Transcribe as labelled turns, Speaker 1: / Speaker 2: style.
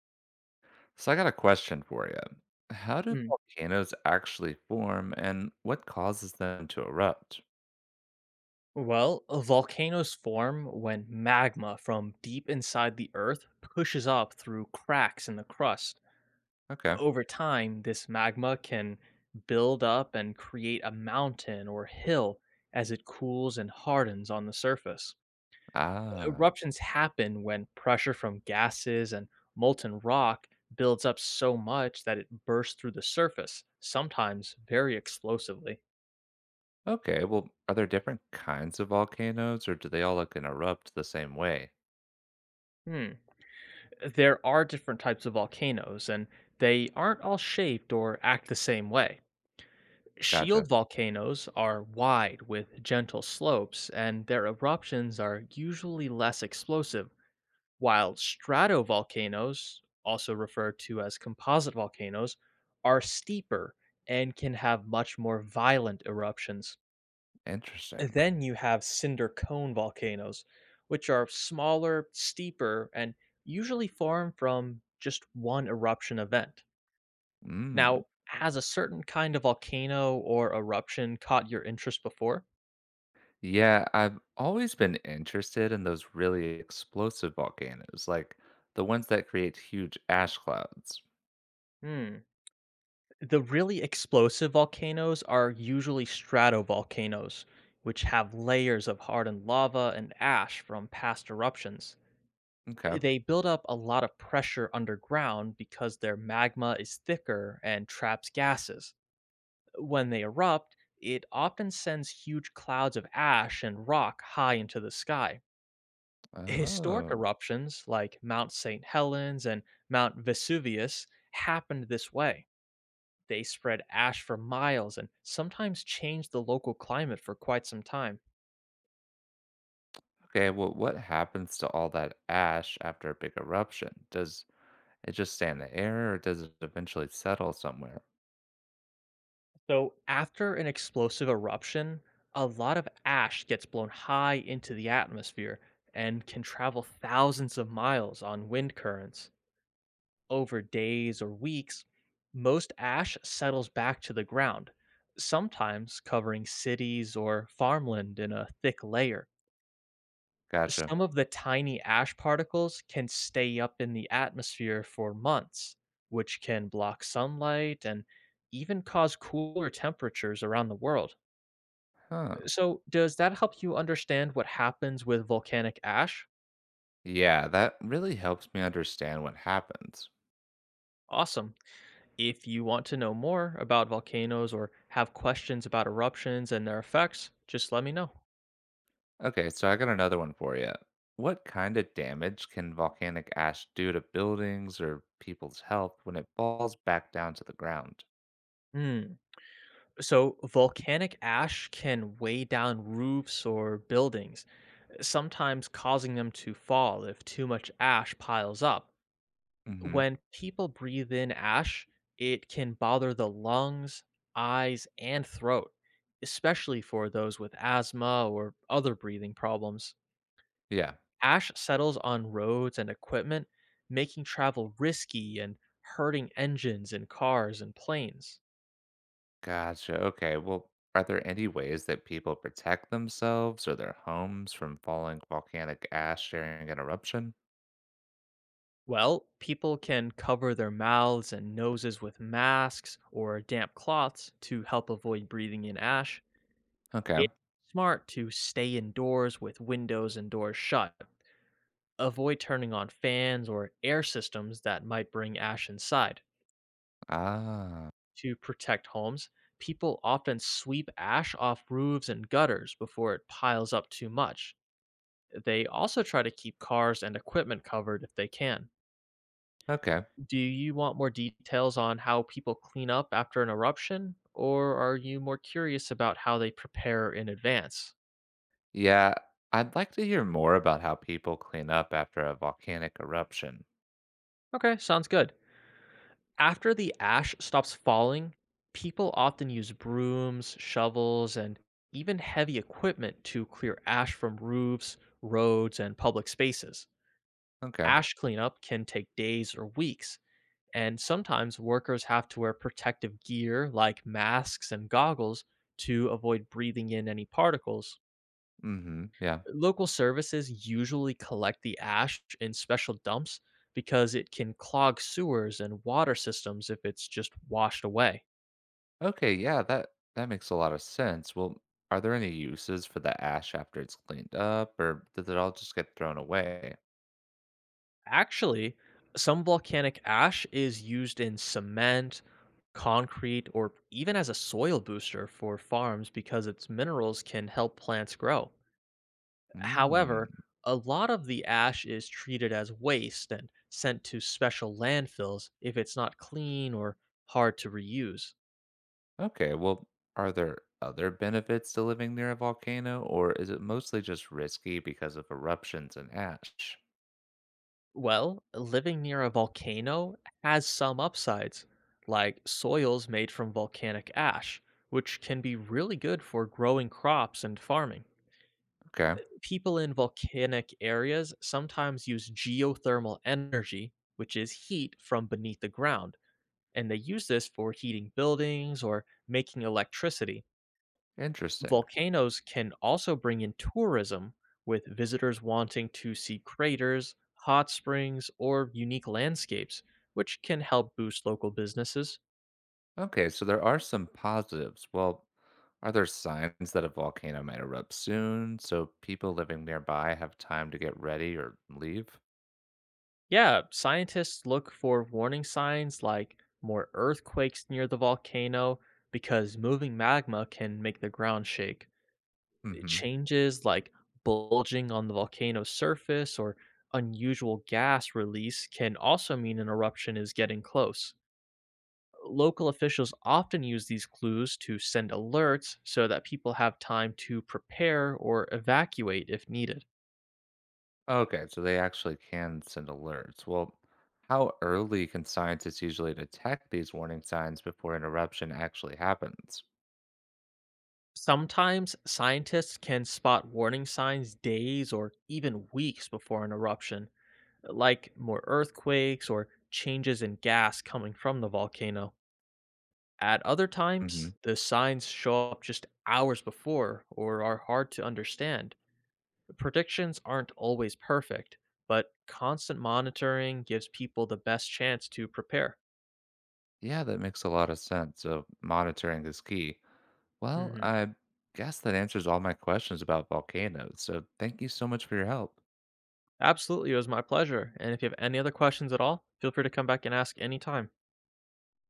Speaker 1: So I got a question for you. How do
Speaker 2: Mm.
Speaker 1: volcanoes actually form and what causes them to erupt?
Speaker 2: Well, volcanoes form when magma from deep inside the earth pushes up through cracks in the crust.
Speaker 1: Okay.
Speaker 2: Over time, this magma can build up and create a mountain or hill as it cools and hardens on the surface.
Speaker 1: Ah.
Speaker 2: Eruptions happen when pressure from gases and molten rock builds up so much that it bursts through the surface, sometimes very explosively.
Speaker 1: Okay. Well, are there different kinds of volcanoes or do they all look and erupt the same way?
Speaker 2: Hmm. There are different types of volcanoes, and they aren't all shaped or act the same way. Shield
Speaker 1: Gotcha.
Speaker 2: volcanoes are wide with gentle slopes, and their eruptions are usually less explosive, while stratovolcanoes, also referred to as composite volcanoes, are steeper and can have much more violent eruptions. And
Speaker 1: Interesting.
Speaker 2: then you have cinder cone volcanoes, which are smaller, steeper, and usually form from just one eruption event.
Speaker 1: Mm.
Speaker 2: Now, has a certain kind of volcano or eruption caught your interest before?
Speaker 1: Yeah, I've always been interested in those really explosive volcanoes, like the ones that create huge ash clouds.
Speaker 2: Hmm. The really explosive volcanoes are usually stratovolcanoes, which have layers of hardened lava and ash from past eruptions.
Speaker 1: Okay.
Speaker 2: They build up a lot of pressure underground because their magma is thicker and traps gases. When they erupt, it often sends huge clouds of ash and rock high into the sky. Historic
Speaker 1: Oh.
Speaker 2: eruptions like Mount St. Helens and Mount Vesuvius happened this way. They spread ash for miles and sometimes changed the local climate for quite some time.
Speaker 1: Okay, well, what happens to all that ash after a big eruption? Does it just stay in the air or does it eventually settle somewhere?
Speaker 2: So, after an explosive eruption, a lot of ash gets blown high into the atmosphere and can travel thousands of miles on wind currents. Over days or weeks, most ash settles back to the ground, sometimes covering cities or farmland in a thick layer.
Speaker 1: Gotcha.
Speaker 2: Some of the tiny ash particles can stay up in the atmosphere for months, which can block sunlight and even cause cooler temperatures around the world.
Speaker 1: Huh.
Speaker 2: So, does that help you understand what happens with volcanic ash?
Speaker 1: Yeah, that really helps me understand what happens.
Speaker 2: Awesome. If you want to know more about volcanoes or have questions about eruptions and their effects, just let me know.
Speaker 1: Okay, so I got another one for you. What kind of damage can volcanic ash do to buildings or people's health when it falls back down to the ground?
Speaker 2: Hmm. So, volcanic ash can weigh down roofs or buildings, sometimes causing them to fall if too much ash piles up.
Speaker 1: Mm-hmm.
Speaker 2: When people breathe in ash, it can bother the lungs, eyes, and throat, especially for those with asthma or other breathing problems.
Speaker 1: Yeah,
Speaker 2: Ash settles on roads and equipment, making travel risky and hurting engines in cars and planes.
Speaker 1: gotcha. Okay, well, are there any ways that people protect themselves or their homes from falling volcanic ash during an eruption?
Speaker 2: Well, people can cover their mouths and noses with masks or damp cloths to help avoid breathing in ash.
Speaker 1: Okay.
Speaker 2: It's smart to stay indoors with windows and doors shut. Avoid turning on fans or air systems that might bring ash inside.
Speaker 1: Ah,
Speaker 2: To protect homes, people often sweep ash off roofs and gutters before it piles up too much. They also try to keep cars and equipment covered if they can.
Speaker 1: okay.
Speaker 2: Do you want more details on how people clean up after an eruption, or are you more curious about how they prepare in advance?
Speaker 1: Yeah, I'd like to hear more about how people clean up after a volcanic eruption.
Speaker 2: Okay, sounds good. After the ash stops falling, people often use brooms, shovels, and even heavy equipment to clear ash from roofs, roads, and public spaces.
Speaker 1: Okay.
Speaker 2: Ash cleanup can take days or weeks, and sometimes workers have to wear protective gear like masks and goggles to avoid breathing in any particles.
Speaker 1: Mm-hmm. Yeah.
Speaker 2: Local services usually collect the ash in special dumps because it can clog sewers and water systems if it's just washed away.
Speaker 1: Okay, yeah, that makes a lot of sense. Well, are there any uses for the ash after it's cleaned up, or does it all just get thrown away?
Speaker 2: Actually, some volcanic ash is used in cement, concrete, or even as a soil booster for farms because its minerals can help plants grow. However,
Speaker 1: Mm.
Speaker 2: a lot of the ash is treated as waste and sent to special landfills if it's not clean or hard to reuse.
Speaker 1: Okay, well, are there other benefits to living near a volcano, or is it mostly just risky because of eruptions and ash?
Speaker 2: Well, living near a volcano has some upsides, like soils made from volcanic ash, which can be really good for growing crops and farming.
Speaker 1: Okay.
Speaker 2: People in volcanic areas sometimes use geothermal energy, which is heat from beneath the ground, and they use this for heating buildings or making electricity.
Speaker 1: Interesting.
Speaker 2: Volcanoes can also bring in tourism, with visitors wanting to see craters, hot springs, or unique landscapes, which can help boost local businesses.
Speaker 1: Okay, so there are some positives. Well, are there signs that a volcano might erupt soon so people living nearby have time to get ready or leave?
Speaker 2: Yeah, scientists look for warning signs like more earthquakes near the volcano because moving magma can make the ground shake.
Speaker 1: Hmm.
Speaker 2: Changes like bulging on the volcano's surface or unusual gas release can also mean an eruption is getting close. Local officials often use these clues to send alerts so that people have time to prepare or evacuate if needed.
Speaker 1: Okay, so they actually can send alerts. Well, how early can scientists usually detect these warning signs before an eruption actually happens?
Speaker 2: Sometimes scientists can spot warning signs days or even weeks before an eruption, like more earthquakes or changes in gas coming from the volcano. At other
Speaker 1: Hmm.
Speaker 2: times, the signs show up just hours before or are hard to understand. Predictions aren't always perfect, but constant monitoring gives people the best chance to prepare.
Speaker 1: Yeah, that makes a lot of sense. So monitoring is key. Well,
Speaker 2: Hmm.
Speaker 1: I guess that answers all my questions about volcanoes. So thank you so much for your help.
Speaker 2: Absolutely, it was my pleasure. And if you have any other questions at all, feel free to come back and ask anytime.